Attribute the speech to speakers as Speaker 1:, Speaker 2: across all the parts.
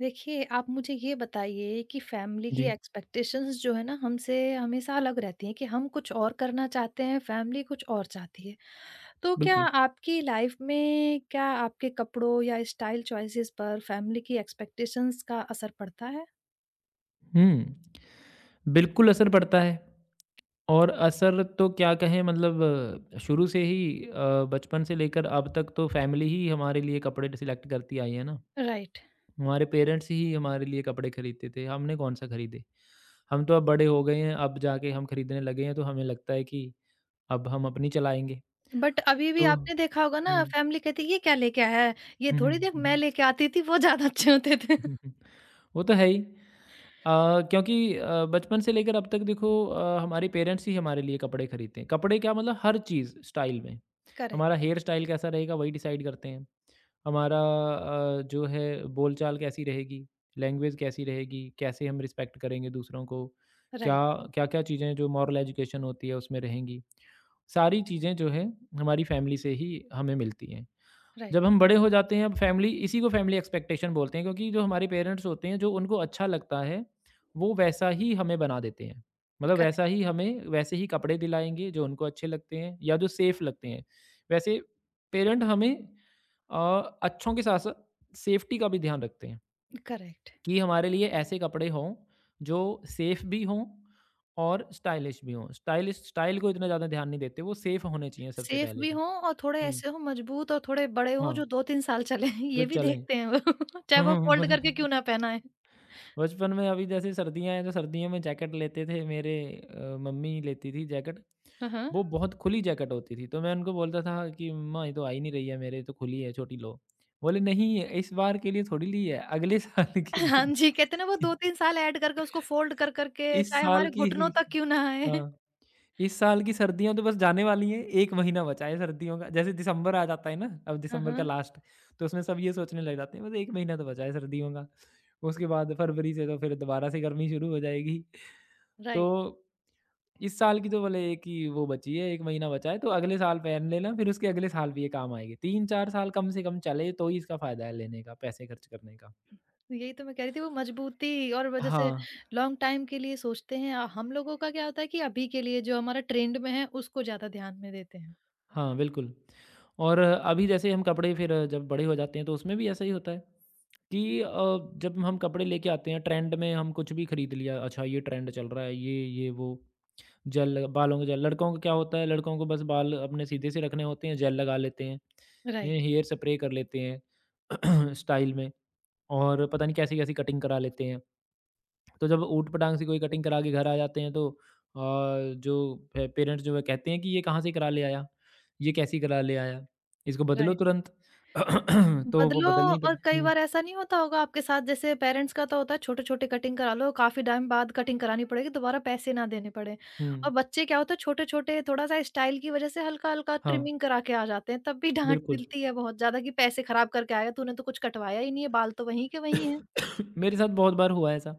Speaker 1: देखिए, आप मुझे ये बताइए कि फैमिली की
Speaker 2: जी,
Speaker 1: एक्सपेक्टेशंस जो है ना हमसे हमेशा अलग रहती हैं कि हम कुछ और करना चाहते हैं, फैमिली कुछ और चाहती है। तो क्या
Speaker 2: बिल्कुल।
Speaker 1: आपकी लाइफ में क्या आपके कपड़ों या स्टाइल चॉइसेस पर फैमिली की एक्सपेक्टेशंस का असर पड़ता है?
Speaker 2: हुँ, बिल्कुल असर पड़ता है और असर तो क्या कहें मतलब शुरू से ही बचपन से लेकर अब तक तो फैमिली ही हमारे लिए कपड़े सिलेक्ट करती आई है ना।
Speaker 1: राइट।
Speaker 2: हमारे पेरेंट्स ही हमारे लिए कपड़े खरीदते थे, हमने कौन-सा खरीदे। हम तो अब बड़े हो गए हैं, अब जाके हम खरीदने लगे हैं तो हमें लगता है कि अब हम अपनी चलाएँगे।
Speaker 1: बट अभी भी
Speaker 2: तो हुँ।
Speaker 1: आपने देखा होगा ना फैमिली कहती है, "ये क्या लेके आया है? ये
Speaker 2: हुँ, हुँ,
Speaker 1: थोड़ी देख
Speaker 2: हुँ,
Speaker 1: मैं
Speaker 2: हुँ।
Speaker 1: लेके आती थी, वो ज़्यादा अच्छे होते थे।"
Speaker 2: हुँ, हुँ। वो तो है ही। अ, क्योंकि बचपन से लेकर अब तक देखो हमारे पेरेंट्स ही हमारे लिए कपड़े खरीदते हैं। कपड़े क्या मतलब हर चीज़ स्टाइल में। हमारा
Speaker 1: करेक्ट,
Speaker 2: हेयर स्टाइल कैसा रहेगा वही डिसाइड करते हैं। हमारा जो है बोलचाल कैसी रहेगी, लैंग्वेज कैसी रहेगी, कैसे हम रिस्पेक्ट करेंगे दूसरों को, क्या
Speaker 1: राइट,
Speaker 2: क्या-क्या चीज़ें जो मॉरल एजुकेशन होती है उसमें रहेंगी। सारी चीज़ें जो है हमारी फैमिली से ही हमें मिलती हैं।
Speaker 1: राइट,
Speaker 2: जब हम बड़े हो जाते हैं अब फैमिली इसी को फैमिली एक्सपेक्टेशन बोलते हैं क्योंकि जो हमारे पेरेंट्स होते हैं जो उनको अच्छा लगता है वो वैसा ही हमें बना देते हैं मतलब वैसा
Speaker 1: करेक्ट,
Speaker 2: ही हमें वैसे ही कपड़े दिलाएंगे जो उनको अच्छे लगते हैं या जो सेफ लगते हैं वैसे पेरेंट हमें अ, अच्छों के साथ साथ सेफ्टी का भी ध्यान रखते हैं
Speaker 1: करेक्ट।
Speaker 2: कि हमारे लिए ऐसे कपड़े हों जो सेफ भी हों और स्टाइलिश भी हों स्टाइलिश स्टाइल को इतना ज़्यादा ध्यान नहीं देते वो सेफ होने चाहिए सबसे
Speaker 1: सेफ
Speaker 2: पहले
Speaker 1: भी
Speaker 2: तो
Speaker 1: हों और थोड़े
Speaker 2: हुँ,
Speaker 1: ऐसे हों मजबूत और थोड़े बड़े हों
Speaker 2: हाँ,
Speaker 1: जो 2-3 साल चलें
Speaker 2: जो
Speaker 1: ये भी
Speaker 2: चलें।
Speaker 1: देखते हैं वो चाहे
Speaker 2: हुँ,
Speaker 1: वो
Speaker 2: हुँ, हुँ,
Speaker 1: फ़ोल्ड
Speaker 2: बस।
Speaker 1: करके क्यों ना पहनाएँ।
Speaker 2: बचपन में अभी जैसे सर्दियाँ हैं तो सर्दियों में जैकेट लेते थे मेरे मम्मी लेती थी जैकेट
Speaker 1: हाँ, हाँ।
Speaker 2: वो बहुत खुली जैकेट होती थी तो मैं उनको बोलता था कि मम्मा ये तो आ ही नहीं रही है मेरे ये तो खुली है छोटी लो बोले नहीं इस बार के लिए थोड़ी ली है अगले साल के लिए
Speaker 1: हाँ जी, कहते हैं ना वो
Speaker 2: ली।
Speaker 1: 2-3 साल ऐड करके उसको फ़ोल्ड कर कर के
Speaker 2: इस
Speaker 1: चाहे
Speaker 2: साल
Speaker 1: हमारे
Speaker 2: की ही
Speaker 1: घुटनों तक क्यों ना आए।
Speaker 2: हाँ इस साल की सर्दियाँ तो बस जाने वाली हैं, 1 महीना बचा है सर्दियों का। जैसे दिसंबर आ जाता है ना, अब
Speaker 1: हाँ,
Speaker 2: दिसंबर का
Speaker 1: हाँ,
Speaker 2: लास्ट, तो उसमें सब ये सोचने लग जाते हैं बस 1 महीना तो बचा है सर्दियों का। उसके बाद फरवरी से तो फिर दोबारा से गर्मी शुरू हो जाएगी। तो
Speaker 1: राइट।
Speaker 2: इस साल की तो भले एक ही वो बची है, 1 महीना बचा है तो अगले साल पहन लेना फिर उसके अगले साल भी ये काम आएगी। 3-4 साल कम से कम चले तो ही इसका फ़ायदा है लेने का, पैसे खर्च करने का।
Speaker 1: यही तो मैं कह रही थी वो मजबूती और वो जैसे
Speaker 2: हाँ।
Speaker 1: लॉन्ग टाइम के लिए सोचते हैं। हम लोगों का क्या होता है कि अभी के लिए जो हमारा ट्रेंड में है उसको ज़्यादा ध्यान में देते हैं।
Speaker 2: हाँ, बिल्कुल। और अभी जैसे हम कपड़े फिर जब बड़े हो जाते हैं तो उसमें भी ऐसा ही होता है कि जब हम कपड़े लेके आते हैं ट्रेंड में हम कुछ भी खरीद लिया, अच्छा ये ट्रेंड चल रहा है, ये वो जेल बालों का जेल लड़कों का क्या होता है लड़कों को बस बाल अपने सीधे से रखने होते हैं, जेल लगा लेते हैं,
Speaker 1: राइट,
Speaker 2: हेयर स्प्रे कर लेते हैं स्टाइल में और पता नहीं कैसी-कैसी कटिंग करा लेते हैं। तो जब ऊट-पटांग से कोई कटिंग करा के घर आ जाते हैं तो जो पे पेरेंट्स जो है कहते हैं कि ये कहाँ से करा ले आया? ये कैसी करा ले आया? इसको बदलो
Speaker 1: राइट।
Speaker 2: तुरंत। तो वो
Speaker 1: बदलो
Speaker 2: बदलनी
Speaker 1: और
Speaker 2: पड़ती
Speaker 1: कई
Speaker 2: हुँ,
Speaker 1: बार ऐसा नहीं होता होगा आपके साथ जैसे पेरेंट्स का तो होता है छोटे-छोटे कटिंग करा लो, काफ़ी टाइम बाद कटिंग करानी पड़ेगी, दोबारा पैसे ना देने पड़े।
Speaker 2: हुँ।
Speaker 1: और बच्चे क्या होता है छोटे-छोटे थोड़ा-सा स्टाइल की वजह से हल्का-हल्का
Speaker 2: हाँ,
Speaker 1: ट्रिमिंग करा के आ जाते हैं, तब भी डाँट
Speaker 2: बिल्कुल।
Speaker 1: मिलती है बहुत ज़्यादा कि पैसे खराब करके आया, तूने तो कुछ कटवाया ही नहीं है, बाल तो वहीं के वहीं हैं।
Speaker 2: मेरे साथ बहुत बार हुआ है ऐसा।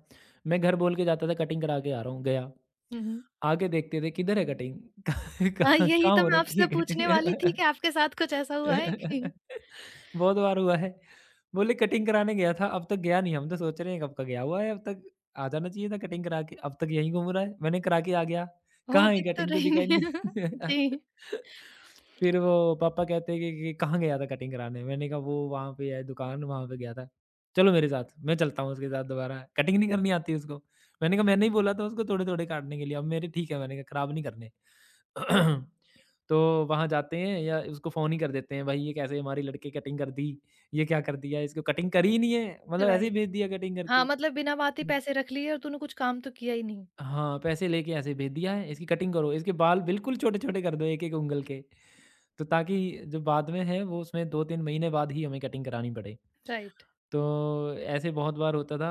Speaker 2: मैं घर बोल के जाता था कटिंग करा के आ रहा हूँ, गया।
Speaker 1: हुँ, हुँ।
Speaker 2: आके देखते थे किधर है कटिंग?
Speaker 1: हाँ,
Speaker 2: कहाँ
Speaker 1: यही
Speaker 2: कहाँ
Speaker 1: तो
Speaker 2: हो
Speaker 1: मैं
Speaker 2: रखी
Speaker 1: आपसे
Speaker 2: है
Speaker 1: पूछने वाली थी
Speaker 2: कटिंग?
Speaker 1: कि आपके साथ कुछ ऐसा हुआ है कि
Speaker 2: बहुत बार हुआ है। बोले कटिंग कराने गया था, अब तक गया नहीं, हम तो सोच रहे हैं कब का गया हुआ है, अब तक आ जाना चाहिए था कटिंग करा के, अब तक यहीं घूम रहा है। मैंने करा के आ गया,
Speaker 1: ओह!
Speaker 2: कहाँ है
Speaker 1: दिख तो
Speaker 2: कटिंग तो
Speaker 1: रही
Speaker 2: दिखाई
Speaker 1: नहीं है।
Speaker 2: नहीं
Speaker 1: जी,
Speaker 2: फिर वो पापा कहते हैं कि कहाँ गया था कटिंग कराने? मैंने कहा वो वहाँ पे है दुकान, वहाँ पे गया था। चलो मेरे साथ, मैं चलता हूँ उसके साथ दोबारा, कटिंग नहीं करनी आती उसको। मैंने कहा मैंने ही बोला था उसको थोड़े-थोड़े काटने के लिए, अब मेरे ठीक है मैंने कहा खराब नहीं करने। तो वहाँ जाते हैं या उसको फ़ोन ही कर देते हैं, भाई ये कैसे हमारी लड़के कटिंग कर दी, ये क्या कर दिया, इसको कटिंग करी ही नहीं है, मतलब ऐसे ही
Speaker 1: राइट।
Speaker 2: भेज दिया कटिंग
Speaker 1: हाँ,
Speaker 2: करके।
Speaker 1: मतलब बिना बात ही
Speaker 2: हुँ।
Speaker 1: पैसे रख लिए और तूने कुछ काम तो किया ही नहीं।
Speaker 2: हाँ, पैसे लेके ऐसे भेज दिया है, इसकी कटिंग करो, इसके बाल बिल्कुल छोटे-छोटे कर दो एक-एक उँगल के। तो ताकि जो बाद में है वो उसमें 2-3 महीने बाद ही हमें कटिंग करानी पड़े।
Speaker 1: राइट।
Speaker 2: तो ऐसे बहुत बार होता था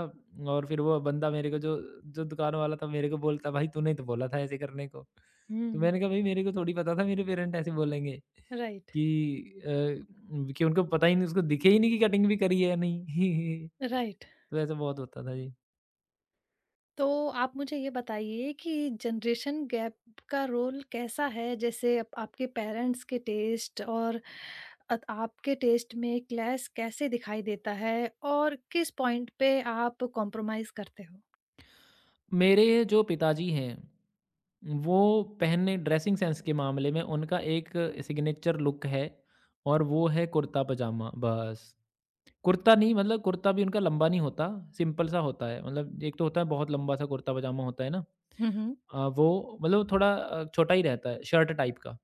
Speaker 2: और फिर वो बंदा मेरे को जो जो दुकान वाला था मेरे को बोलता, भाई तूने ही तो बोला था ऐसे करने को।
Speaker 1: हुँ,
Speaker 2: तो
Speaker 1: हुँ।
Speaker 2: मैंने कहा भाई मेरे को थोड़ी पता था मेरे पेरेंट ऐसे बोलेंगे।
Speaker 1: राइट,
Speaker 2: कि कि उनको पता ही नहीं उसको दिखे ही नहीं कि कटिंग भी करी है या नहीं।
Speaker 1: राइट।
Speaker 2: तो ऐसा बहुत होता था जी।
Speaker 1: तो आप मुझे ये बताइए कि जनरेशन गैप का रोल कैसा है? जैसे आप आपके पेरेंट्स के टेस्ट और अत आपके टेस्ट में क्लैश कैसे दिखाई देता है? और किस पॉइंट पे आप कॉम्प्रोमाइज़ करते हो?
Speaker 2: मेरे जो पिताजी हैं, वो पहनने ड्रेसिंग सेंस के मामले में उनका एक सिग्नेचर लुक है और वो है कुर्ता पजामा बस। कुर्ता नहीं मतलब कुर्ता भी उनका लंबा नहीं होता, सिंपल सा होता है। मतलब एक तो होता है बहुत लंबा सा कुर्ता पजामा होता है ना?
Speaker 1: हुँ, हुँ।
Speaker 2: वो मतलब थोड़ा छोटा ही रहता है, शर्ट टाइप का।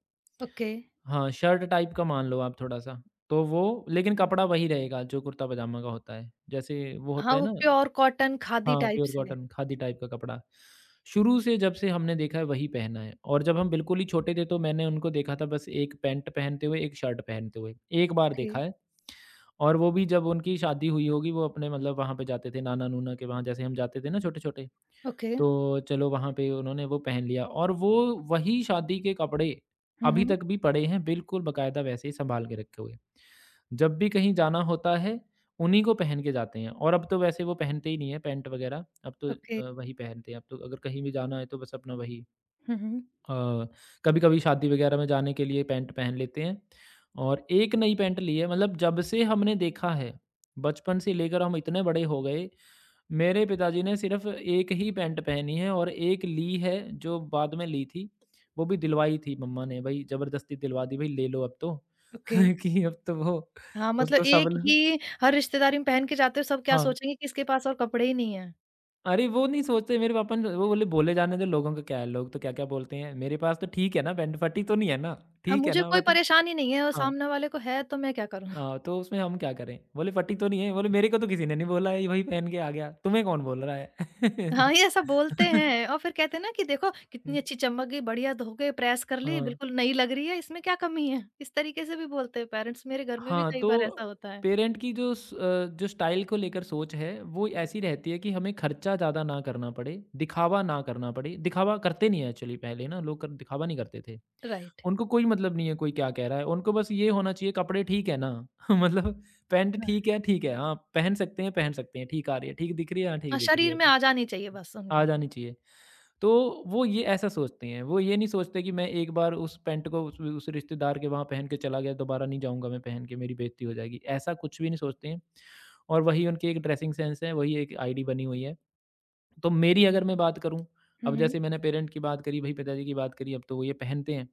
Speaker 1: ओके।
Speaker 2: हाँ, शर्ट टाइप का मान लो आप थोड़ा-सा, तो वो लेकिन कपड़ा वही रहेगा जो कुर्ता-पजामा का होता है। जैसे वो होता
Speaker 1: हाँ,
Speaker 2: है
Speaker 1: वो
Speaker 2: ना
Speaker 1: प्योर कॉटन खादी
Speaker 2: हाँ,
Speaker 1: टाइप
Speaker 2: प्योर
Speaker 1: से।
Speaker 2: कॉटन खादी टाइप का कपड़ा। शुरू से जब से हमने देखा है वही पहना है और जब हम बिल्कुल ही छोटे थे तो मैंने उनको देखा था बस एक पैंट पहनते हुए, एक शर्ट पहनते हुए, एक बार
Speaker 1: ओके,
Speaker 2: देखा है और वो भी जब उनकी शादी हुई होगी वो अपने मतलब वहाँ पे जाते थे नाना-नूना के वहाँ जैसे हम जाते थे ना छोटे-छोटे
Speaker 1: ओके।
Speaker 2: तो चलो वहाँ पे उन्होंने वो पहन लिया और वो वही शादी के कपड़े
Speaker 1: हुँ,
Speaker 2: अभी
Speaker 1: हुँ।
Speaker 2: तक भी पड़े हैं बिल्कुल बकायदा वैसे ही संभाल के रखे हुए। जब भी कहीं जाना होता है उन्हीं को पहन के जाते हैं और अब तो वैसे वो पहनते ही नहीं है पैंट वगैरह, अब तो
Speaker 1: ओके।
Speaker 2: वही पहनते हैं। अब तो अगर कहीं भी जाना है तो बस अपना वही
Speaker 1: हुँ, हुँ।
Speaker 2: अ, कभी-कभी शादी वगैरह में जाने के लिए पैंट पहन लेते हैं और एक नई पैंट ली है मतलब जब से हमने देखा है, बचपन से लेकर हम इतने बड़े हो गए मेरे पिताजी ने सिर्फ़ एक ही पैंट पहनी है और एक ली है जो बाद में ली थी, वो भी दिलवाई थी मम्मा ने भई ज़बरदस्ती दिलवा दी भई ले लो अब तो
Speaker 1: ओके।
Speaker 2: कि अब तो वो
Speaker 1: हाँ, मतलब
Speaker 2: उसको सब
Speaker 1: एक
Speaker 2: लोग
Speaker 1: ही हर रिश्तेदारी में पहन के जाते हो, सब क्या
Speaker 2: हाँ।
Speaker 1: सोचेंगे कि इसके पास और कपड़े ही नहीं है।
Speaker 2: अरे वो नहीं सोचते मेरे पापा ने वो बोले, "बोले जाने दो लोगों का क्या है, लोग तो क्या-क्या बोलते हैं, मेरे पास तो ठीक है ना पैंट फटी तो नहीं है ना?
Speaker 1: हाँ,
Speaker 2: ठीक है
Speaker 1: मुझे
Speaker 2: ना
Speaker 1: कोई
Speaker 2: फटी?"
Speaker 1: परेशानी नहीं है और
Speaker 2: हाँ,
Speaker 1: सामने वाले को है तो मैं क्या करूँ?
Speaker 2: हाँ तो उसमें हम क्या करें? बोले, "फटी तो नहीं है?" बोले, "मेरे को तो किसी ने नहीं बोला है, ये वही पहन के आ गया, तुम्हें कौन बोल रहा है?"
Speaker 1: हाँ, ये ऐसा बोलते हैं और फिर कहते हैं ना कि देखो
Speaker 2: हुँ,
Speaker 1: कितनी अच्छी चमक गई, बढ़िया धो के प्रेस कर ली,
Speaker 2: हाँ।
Speaker 1: बिल्कुल नई लग रही है, इसमें क्या कमी है? इस तरीके से भी बोलते हैं पेरेंट्स, मेरे घर में भी
Speaker 2: हाँ,
Speaker 1: कई बार ऐसा
Speaker 2: तो
Speaker 1: होता है।
Speaker 2: पेरेंट की जो स जो स्टाइल को लेकर सोच है, वो ऐसी रहती है कि हमें खर्चा ज़्यादा ना करना पड़े, दिखावा ना करना पड़े। दिखावा करते नहीं है एक्चुअली पहले ना लोग कर दिखावा नहीं करते थे।
Speaker 1: राइट।
Speaker 2: उनको कोई मतलब नहीं है कोई क्या कह रहा है, उनको बस ये होना चाहिए कपड़े ठीक है ना? मतलब पैंट
Speaker 1: हाँ,
Speaker 2: ठीक है, ठीक है। हाँ, पहन सकते हैं, पहन सकते हैं। ठीक आ रही है, ठीक दिख रही है, हाँ, ठीक
Speaker 1: हाँ,
Speaker 2: दिख रही
Speaker 1: शरीर
Speaker 2: है।
Speaker 1: में
Speaker 2: हुँ,
Speaker 1: आ जानी चाहिए बस उनके।
Speaker 2: आ जानी चाहिए। तो वो ये ऐसा सोचते हैं, वो ये नहीं सोचते कि मैं एक बार उस पैंट को उस रिश्तेदार के वहाँ पहन के चला गया, दोबारा नहीं जाऊँगा मैं पहन के, मेरी बेइज़्ज़ती हो जाएगी, ऐसा कुछ भी नहीं सोचते हैं। और वही उनकी एक ड्रेसिंग सेंस है, वही एक आईडी बनी हुई है। तो मेरी अगर मैं बात करूँ,
Speaker 1: हुँ,
Speaker 2: अब
Speaker 1: हुँ।
Speaker 2: जैसे मैंने पेरेंट की बात करी, भई पिताजी की बात करी, अब तो वो ये पहनते हैं।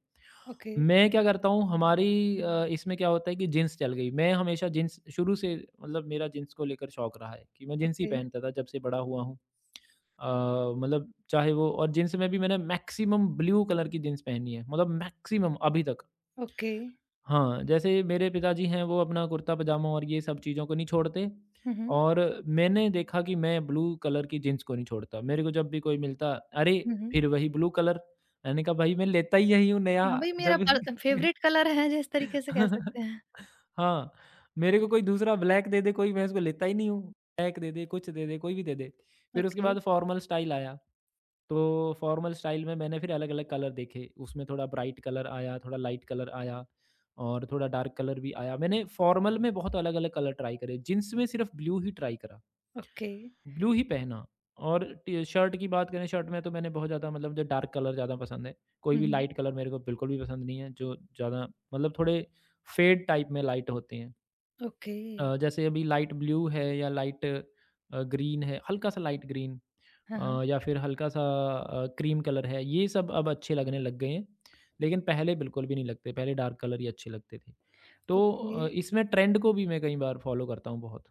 Speaker 1: ओके,
Speaker 2: मैं क्या करता हूँ, हमारी इसमें क्या होता है कि जीन्स चल गई। मैं हमेशा जीन्स शुरू से मतलब मेरा जीन्स को लेकर शौक रहा है कि मैं जीन्स ही
Speaker 1: ओके,
Speaker 2: पहनता था जब से बड़ा हुआ हूँ। मतलब चाहे वो और जीन्स में भी मैंने मैक्सिमम ब्लू कलर की जीन्स पहनी है, मतलब मैक्सिमम अभी तक।
Speaker 1: ओके।
Speaker 2: हाँ, जैसे मेरे पिताजी हैं वो अपना कुर्ता पजामा और ये सब चीज़ों को नहीं छोड़ते
Speaker 1: हुँ, हुँ,
Speaker 2: और मैंने देखा कि मैं ब्लू कलर की जीन्स को नहीं छोड़ता। मेरे को जब भी कोई मिलता, "अरे!
Speaker 1: हुँ, हुँ।
Speaker 2: फिर वही ब्लू कलर।" मैंने कहा, "भाई मैं लेता ही यही हूँ नया,
Speaker 1: हाँ, भई मेरा
Speaker 2: जब"
Speaker 1: पर फेवरेट कलर है जिस तरीके से कह सकते हैं।
Speaker 2: हाँ, मेरे को कोई दूसरा ब्लैक दे दे कोई, मैं उसको लेता ही नहीं हूँ। ब्लैक दे दे, कुछ दे दे, कोई भी दे दे। फिर उसके
Speaker 1: ओके,
Speaker 2: बाद फॉर्मल स्टाइल आया। तो फॉर्मल स्टाइल में मैंने फिर अलग-अलग कलर देखे, उसमें थोड़ा ब्राइट कलर आया, थोड़ा लाइट कलर आया और थोड़ा डार्क कलर भी आया। मैंने फॉर्मल में बहुत अलग-अलग कलर ट्राई करे, जीन्स में सिर्फ ब्लू ही ट्राई करा।
Speaker 1: ओके।
Speaker 2: ब्लू ही पहना और टी शर्ट की बात करें, शर्ट में तो मैंने बहुत ज़्यादा मतलब मुझे डार्क कलर ज़्यादा पसंद है। कोई
Speaker 1: हुँ,
Speaker 2: भी
Speaker 1: हुँ।
Speaker 2: लाइट कलर मेरे को बिल्कुल भी पसंद नहीं है, जो ज़्यादा मतलब थोड़े फेड टाइप में लाइट होते हैं।
Speaker 1: ओके।
Speaker 2: जैसे अभी लाइट ब्लू है या लाइट ग्रीन है, हल्का सा लाइट ग्रीन
Speaker 1: हाँ, हाँ।
Speaker 2: या फिर हल्का सा क्रीम कलर है, ये सब अब अच्छे लगने लग गए हैं। लेकिन पहले बिल्कुल भी नहीं लगते, पहले डार्क कलर ही अच्छे लगते थे। तो
Speaker 1: ओके।
Speaker 2: इसमें ट्रेंड को भी मैं कई बार फॉलो करता हूँ बहुत।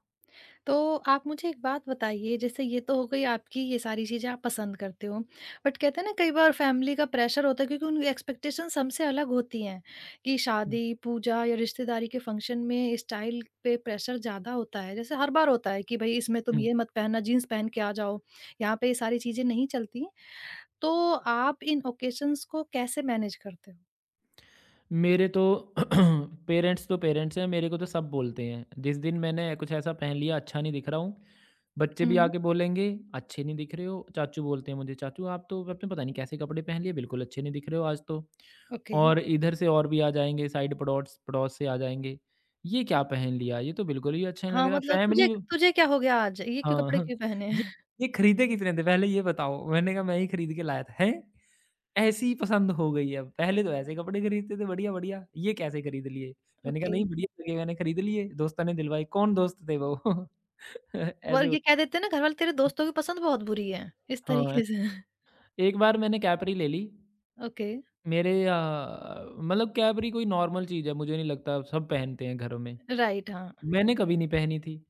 Speaker 1: तो आप मुझे एक बात बताइए जैसे ये तो हो गई आपकी ये सारी चीज़ें आप पसंद करते हो। बट कहते हैं ना कई बार फैमिली का प्रेशर होता है क्योंकि उनकी एक्सपेक्टेशंस हमसे अलग होती हैं कि
Speaker 2: हुँ,
Speaker 1: शादी, पूजा या रिश्तेदारी के फंक्शन में स्टाइल पे प्रेशर ज़्यादा होता है। जैसे हर बार होता है कि भई इसमें तुम
Speaker 2: हुँ।
Speaker 1: ये मत पहनना, जीन्स पहन के आ जाओ। यहाँ पे ये सारी चीज़ें नहीं चलती। तो आप इन ओकेशंस को कैसे मैनेज करते हो?
Speaker 2: मेरे तो पेरेंट्स तो पेरेंट्स हैं, मेरे को तो सब बोलते हैं। जिस दिन मैंने कुछ ऐसा पहन लिया अच्छा नहीं दिख रहा हूँ बच्चे
Speaker 1: हुँ,
Speaker 2: भी
Speaker 1: हुँ।
Speaker 2: आके बोलेंगे, "अच्छे नहीं दिख रहे हो।" चाचू बोलते हैं मुझे, "चाचू आप तो आपने पता नहीं कैसे कपड़े पहन लिए, बिल्कुल अच्छे नहीं दिख रहे हो आज तो।"
Speaker 1: ओके।
Speaker 2: और इधर से और भी आ जाएँगे, साइड पड़ोस पड़ोस से आ जाएँगे, "ये क्या पहन लिया? ये तो बिल्कुल ही अच्छा नहीं लग
Speaker 1: हाँ,
Speaker 2: रहा।"
Speaker 1: मतलब तुझे
Speaker 2: फैमिली
Speaker 1: तुझे क्या हो गया आज? ये क्यों
Speaker 2: हाँ,
Speaker 1: कपड़े
Speaker 2: हाँ,
Speaker 1: क्यों पहने
Speaker 2: ये
Speaker 1: हैं?
Speaker 2: ये खरीदे कितने थे पहले ये बताओ? मैंने कहा मैं ही खरीद के लाया था। हैं? ऐसी पसंद हो गई अब, पहले तो ऐसे कपड़े खरीदते थे बढ़िया-बढ़िया, ये कैसे खरीद लिए? मैंने कहा
Speaker 1: ओके।
Speaker 2: नहीं बढ़िया लगे मैंने खरीद लिए, दोस्तों ने दिलवाई, कौन दोस्त थे वो?
Speaker 1: वो
Speaker 2: ऐसे हो
Speaker 1: ये कह देते हैं ना घर वाले तेरे दोस्तों की पसंद बहुत बुरी है, इस
Speaker 2: हाँ,
Speaker 1: तरीके से।
Speaker 2: एक बार मैंने कैपरी ले ली।
Speaker 1: ओके,
Speaker 2: मेरे मतलब कैपरी कोई नॉर्मल चीज़ है, मुझे नहीं लगता सब पहनते हैं घरों में।
Speaker 1: राइट हाँ।
Speaker 2: मैंने कभी नहीं पहनी थी।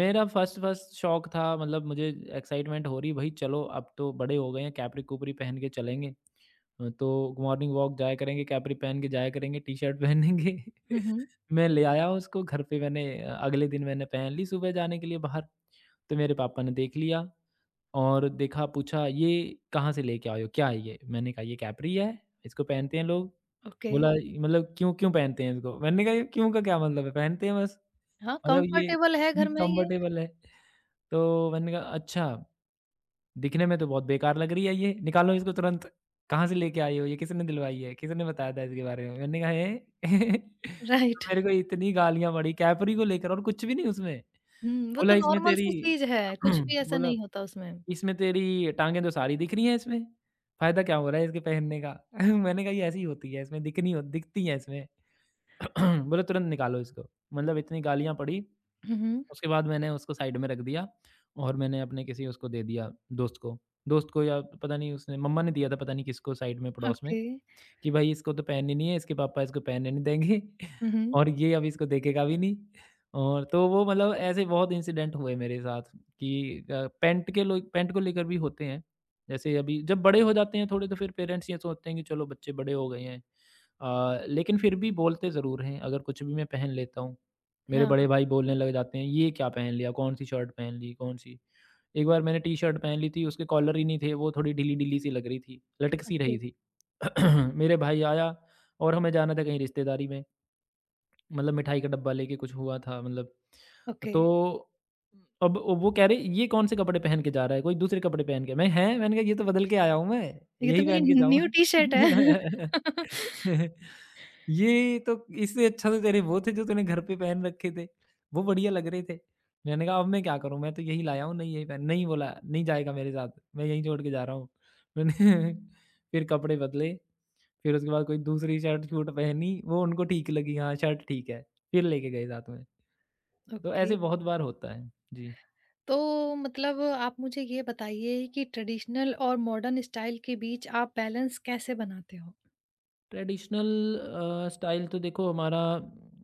Speaker 2: मेरा फर्स्ट फर्स्ट शौक था मतलब मुझे एक्साइटमेंट हो रही भई चलो अब तो बड़े हो गए हैं कैपरी-कूपरी पहन के चलेंगे। तो मॉर्निंग वॉक जाया करेंगे, कैपरी पहन के जाया करेंगे, टी-शर्ट पहनेंगे।
Speaker 1: हुँ, हुँ।
Speaker 2: मैं ले आया उसको घर पे मैंने अगले दिन मैंने पहन ली सुबह जाने के लिए बाहर। तो मेरे पापा ने देख लिया। और देखा पूछा, "ये कहाँ से लेके आए हो? क्या है ये?" मैंने कहा, "ये कैपरी है, इसको पहनते हैं लोग।"
Speaker 1: ओके,
Speaker 2: बोला, "मतलब क्यों क्यों पहनते हैं इसको?" मैंने कहा, "ये क्यों का क्या मतलब है? पहनते हैं बस।
Speaker 1: हाँ,
Speaker 2: मतलब ये
Speaker 1: कंफर्टेबल है
Speaker 2: ये
Speaker 1: घर में ये,
Speaker 2: कम्फर्टेबल है।" तो मैंने कहा, "अच्छा, दिखने में तो बहुत बेकार लग रही है ये, निकालो इसको तुरंत। कहाँ से लेके आए हो? ये किसने दिलवाई है? किसने बताया था इसके बारे में?" मैंने कहा, "हैं?" तो
Speaker 1: राइट।
Speaker 2: मेरे को इतनी गालियाँ पड़ी, कैपरी को लेकर और कुछ भी नहीं उसमें।
Speaker 1: हुँ, वो
Speaker 2: बोला,
Speaker 1: तो
Speaker 2: "इसमें
Speaker 1: नॉर्मल
Speaker 2: तेरी"
Speaker 1: सी चीज़ है, कुछ भी ऐसा
Speaker 2: बोला
Speaker 1: नहीं होता उसमें।
Speaker 2: इसमें तेरी टाँगें तो सारी दिख रही हैं इसमें, फ़ायदा क्या हो रहा है इसके पहनने का? मैंने कहा ये ऐसी होती है इसमें दिखनी हो दिखती हैं इसमें। बोले तुरंत निकालो इसको, मतलब इतनी गालियाँ पड़ी,
Speaker 1: हुँ, हुँ,
Speaker 2: उसके बाद मैंने उसको साइड में रख दिया और मैंने अपने किसी उसको दे दिया दोस्त को। दोस्त को या पता नहीं उसने मम्मा ने दिया था पता नहीं किसको साइड में पड़ोस में।
Speaker 1: ओके।
Speaker 2: कि भाई इसको तो पहननी नहीं है, इसके पापा इसको पहनने नहीं देंगे
Speaker 1: हुँ, हुँ,
Speaker 2: और ये अब इसको देखेगा भी नहीं। और तो वो मतलब ऐसे बहुत इंसिडेंट हुए मेरे साथ कि पैंट के लोग पैंट को लेकर भी होते हैं। जैसे अभी जब बड़े हो जाते हैं थोड़े तो फिर पेरेंट्स ये सोचते हैं कि चलो बच्चे बड़े हो गए हैं। लेकिन फिर भी बोलते ज़रूर हैं अगर कुछ भी मैं पहन लेता हूँ। मेरे बड़े
Speaker 1: हाँ,
Speaker 2: भाई बोलने लग जाते हैं, "ये क्या पहन लिया? कौन-सी शर्ट पहन ली? कौन-सी" एक बार मैंने टी-शर्ट पहन ली थी उसके कॉलर ही नहीं थे, वो थोड़ी ढीली-ढीली सी लग रही थी, लटक सी
Speaker 1: ओके,
Speaker 2: रही थी। मेरे भाई आया और हमें जाना था कहीं रिश्तेदारी में मतलब मिठाई का डब्बा लेके कुछ हुआ था मतलब।
Speaker 1: ओके।
Speaker 2: तो अब वो कह रहे ये कौन से कपड़े पहन के जा रहा है कोई दूसरे कपड़े पहन के मैं हैं मैंने कहा ये तो बदल के आया हूँ मैं
Speaker 1: ये तो
Speaker 2: यही
Speaker 1: मेरी
Speaker 2: पहन के जाऊँ।
Speaker 1: न्यू टी शर्ट है।
Speaker 2: ये तो इससे अच्छा तो तेरे वो थे जो तूने घर पे पहन रखे थे वो बढ़िया लग रहे थे। मैंने कहा अब मैं क्या करूं मैं तो यही लाया हूँ नहीं यही पहन नहीं बोला नहीं जाएगा मेरे साथ मैं यहीं छोड़ के जा रहा हूँ मैंने फिर कपड़े बदले। फिर उसके बाद कोई दूसरी शर्ट छूट पहनी, वो उनको ठीक लगी, हाँ, शर्ट ठीक है, फिर लेके गए साथ में। तो
Speaker 1: ओके,
Speaker 2: ऐसे बहुत बार होता है। जी।
Speaker 1: तो मतलब आप मुझे ये बताइए कि ट्रेडिशनल और मॉडर्न स्टाइल के बीच आप बैलेंस कैसे बनाते हो?
Speaker 2: ट्रेडिशनल स्टाइल तो देखो हमारा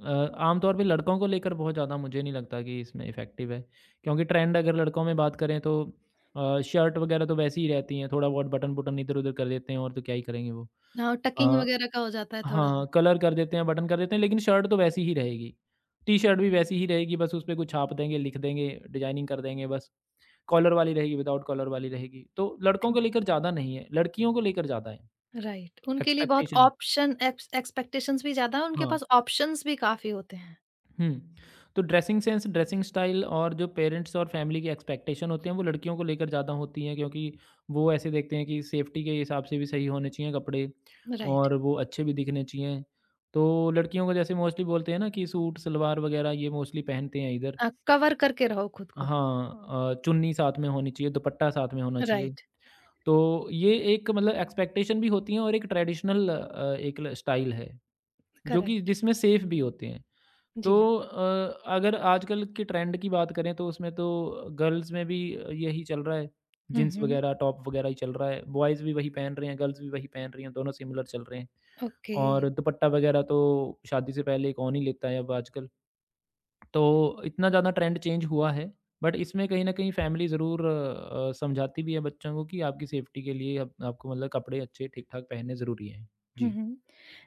Speaker 2: आमतौर पे लड़कों को लेकर बहुत ज़्यादा मुझे नहीं लगता कि इसमें इफ़ेक्टिव है, क्योंकि ट्रेंड अगर लड़कों में बात करें तो शर्ट वगैरह तो वैसी ही रहती हैं, थोड़ा बहुत बटन-बुटन इधर-उधर कर देते हैं और तो क्या ही करेंगे वो।
Speaker 1: हाँ, टकिंग
Speaker 2: अ
Speaker 1: वगैरह का हो जाता है थोड़ा-सा।
Speaker 2: हाँ, कलर कर देते हैं, बटन कर देते हैं, लेकिन शर्ट तो वैसी ही रहेगी। टी-शर्ट भी वैसी ही रहेगी, बस उसपे कुछ छाप देंगे, लिख देंगे, डिज़ाइनिंग कर देंगे बस। कॉलर वाली रहेगी, विदाउट कॉलर वाली रहेगी। तो लड़कों
Speaker 1: ओके।
Speaker 2: को लेकर ज़्यादा नहीं है, लड़कियों को लेकर ज़्यादा है,
Speaker 1: राइट, उनके लिए बहुत
Speaker 2: एक्सपेक्टेशन।
Speaker 1: ऑप्शन एक्सपेक्टेशंस भी ज़्यादा है, उनके
Speaker 2: हाँ।
Speaker 1: पास ऑप्शंस भी काफ़ी होते हैं।
Speaker 2: हुँ। तो ड्रेसिंग सेंस, ड्रेसिंग स्टाइल और जो पेरेंट्स और फैमिली की एक्सपेक्टेशन होती हैं, वो लड़कियों को लेकर ज़्यादा होती हैं क्योंकि वो ऐसे देखते हैं कि सेफ्टी के हिसाब से भी सही होने चाहिए कपड़े
Speaker 1: राइट।
Speaker 2: और वो अच्छे भी दिखने चाहिए। तो लड़कियों को जैसे मोस्टली बोलते हैं ना कि सूट, सलवार वग़ैरह ये मोस्टली पहनते हैं इधर।
Speaker 1: कवर करके रहो खुद को।
Speaker 2: हाँ चुन्नी साथ में होनी चाहिए, दुपट्टा साथ में होना चाहिए।
Speaker 1: राइट,
Speaker 2: तो ये एक मतलब एक्सपेक्टेशन भी होती है और एक ट्रेडिशनल एक ल स्टाइल है, जो कि
Speaker 1: करेक्ट,
Speaker 2: जिसमें सेफ भी होते हैं। तो
Speaker 1: जी।
Speaker 2: अगर आजकल के ट्रेंड की बात करें तो उसमें तो गर्ल्स में भी यही चल रहा है,
Speaker 1: हुँ,
Speaker 2: जीन्स
Speaker 1: हुँ,
Speaker 2: वगैरह, टॉप वगैरह ही चल रहा है। बॉयज़ भी वही पहन रहे हैं, गर्ल्स भी वही पहन रही हैं, दोनों सिमिलर चल रहे हैं।
Speaker 1: ओके।
Speaker 2: और दुपट्टा वगैरह तो शादी से पहले कौन ही लेता है अब आजकल। तो इतना ज़्यादा ट्रेंड चेंज हुआ है, बट इसमें कहीं न कहीं फैमिली ज़रूर समझाती भी है बच्चों को कि आपकी सेफ्टी के लिए आप आपको मतलब कपड़े अच्छे ठीक-ठाक पहनने ज़रूरी हैं।
Speaker 1: हुँ,
Speaker 2: जी।
Speaker 1: हुँ।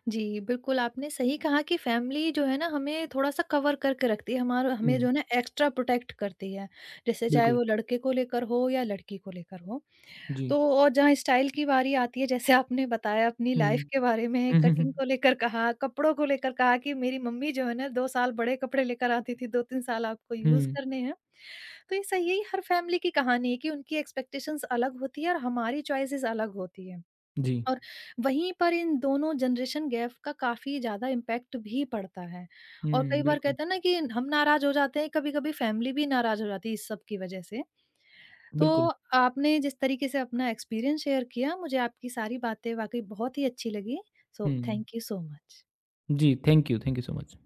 Speaker 1: जी, बिल्कुल आपने सही कहा कि फैमिली जो है ना हमें थोड़ा-सा कवर करके रखती है, हमारा हमें
Speaker 2: हुँ,
Speaker 1: जो है ना एक्स्ट्रा प्रोटेक्ट करती है। जैसे चाहे
Speaker 2: बिल्कुल।
Speaker 1: वो लड़के को लेकर हो या लड़की को लेकर हो।
Speaker 2: जी।
Speaker 1: तो और जहाँ स्टाइल की बारी आती है जैसे आपने बताया अपनी लाइफ
Speaker 2: हुँ।
Speaker 1: के बारे में
Speaker 2: हुँ,
Speaker 1: कटिंग
Speaker 2: हुँ,
Speaker 1: को लेकर कहा, कपड़ों को लेकर कहा कि मेरी मम्मी जो है ना 2 साल बड़े कपड़े लेकर आती थी, 2-3 साल आपको
Speaker 2: हुँ।
Speaker 1: यूज़
Speaker 2: हुँ,
Speaker 1: करने हैं। तो ये सही है, ये हर फैमिली की कहानी है कि उनकी एक्सपेक्टेशंस अलग होती है और हमारी चॉइसेस अलग होती है।
Speaker 2: जी।
Speaker 1: और वहीं पर इन दोनों जनरेशन गैप का काफ़ी ज़्यादा इम्पैक्ट भी पड़ता है। और
Speaker 2: हुँ,
Speaker 1: कई बार
Speaker 2: बिल्कुल,
Speaker 1: कहते हैं ना कि हम नाराज़ हो जाते हैं, कभी-कभी फैमिली भी नाराज़ हो जाती है इस सब की वजह से। तो
Speaker 2: बिल्कुल।
Speaker 1: आपने जिस तरीके से अपना एक्सपीरियंस शेयर किया, मुझे आपकी सारी बातें वाक़ई बहुत ही अच्छी लगी। सो
Speaker 2: हुँ,
Speaker 1: थैंक यू सो मच।
Speaker 2: जी, थैंक यू सो मच।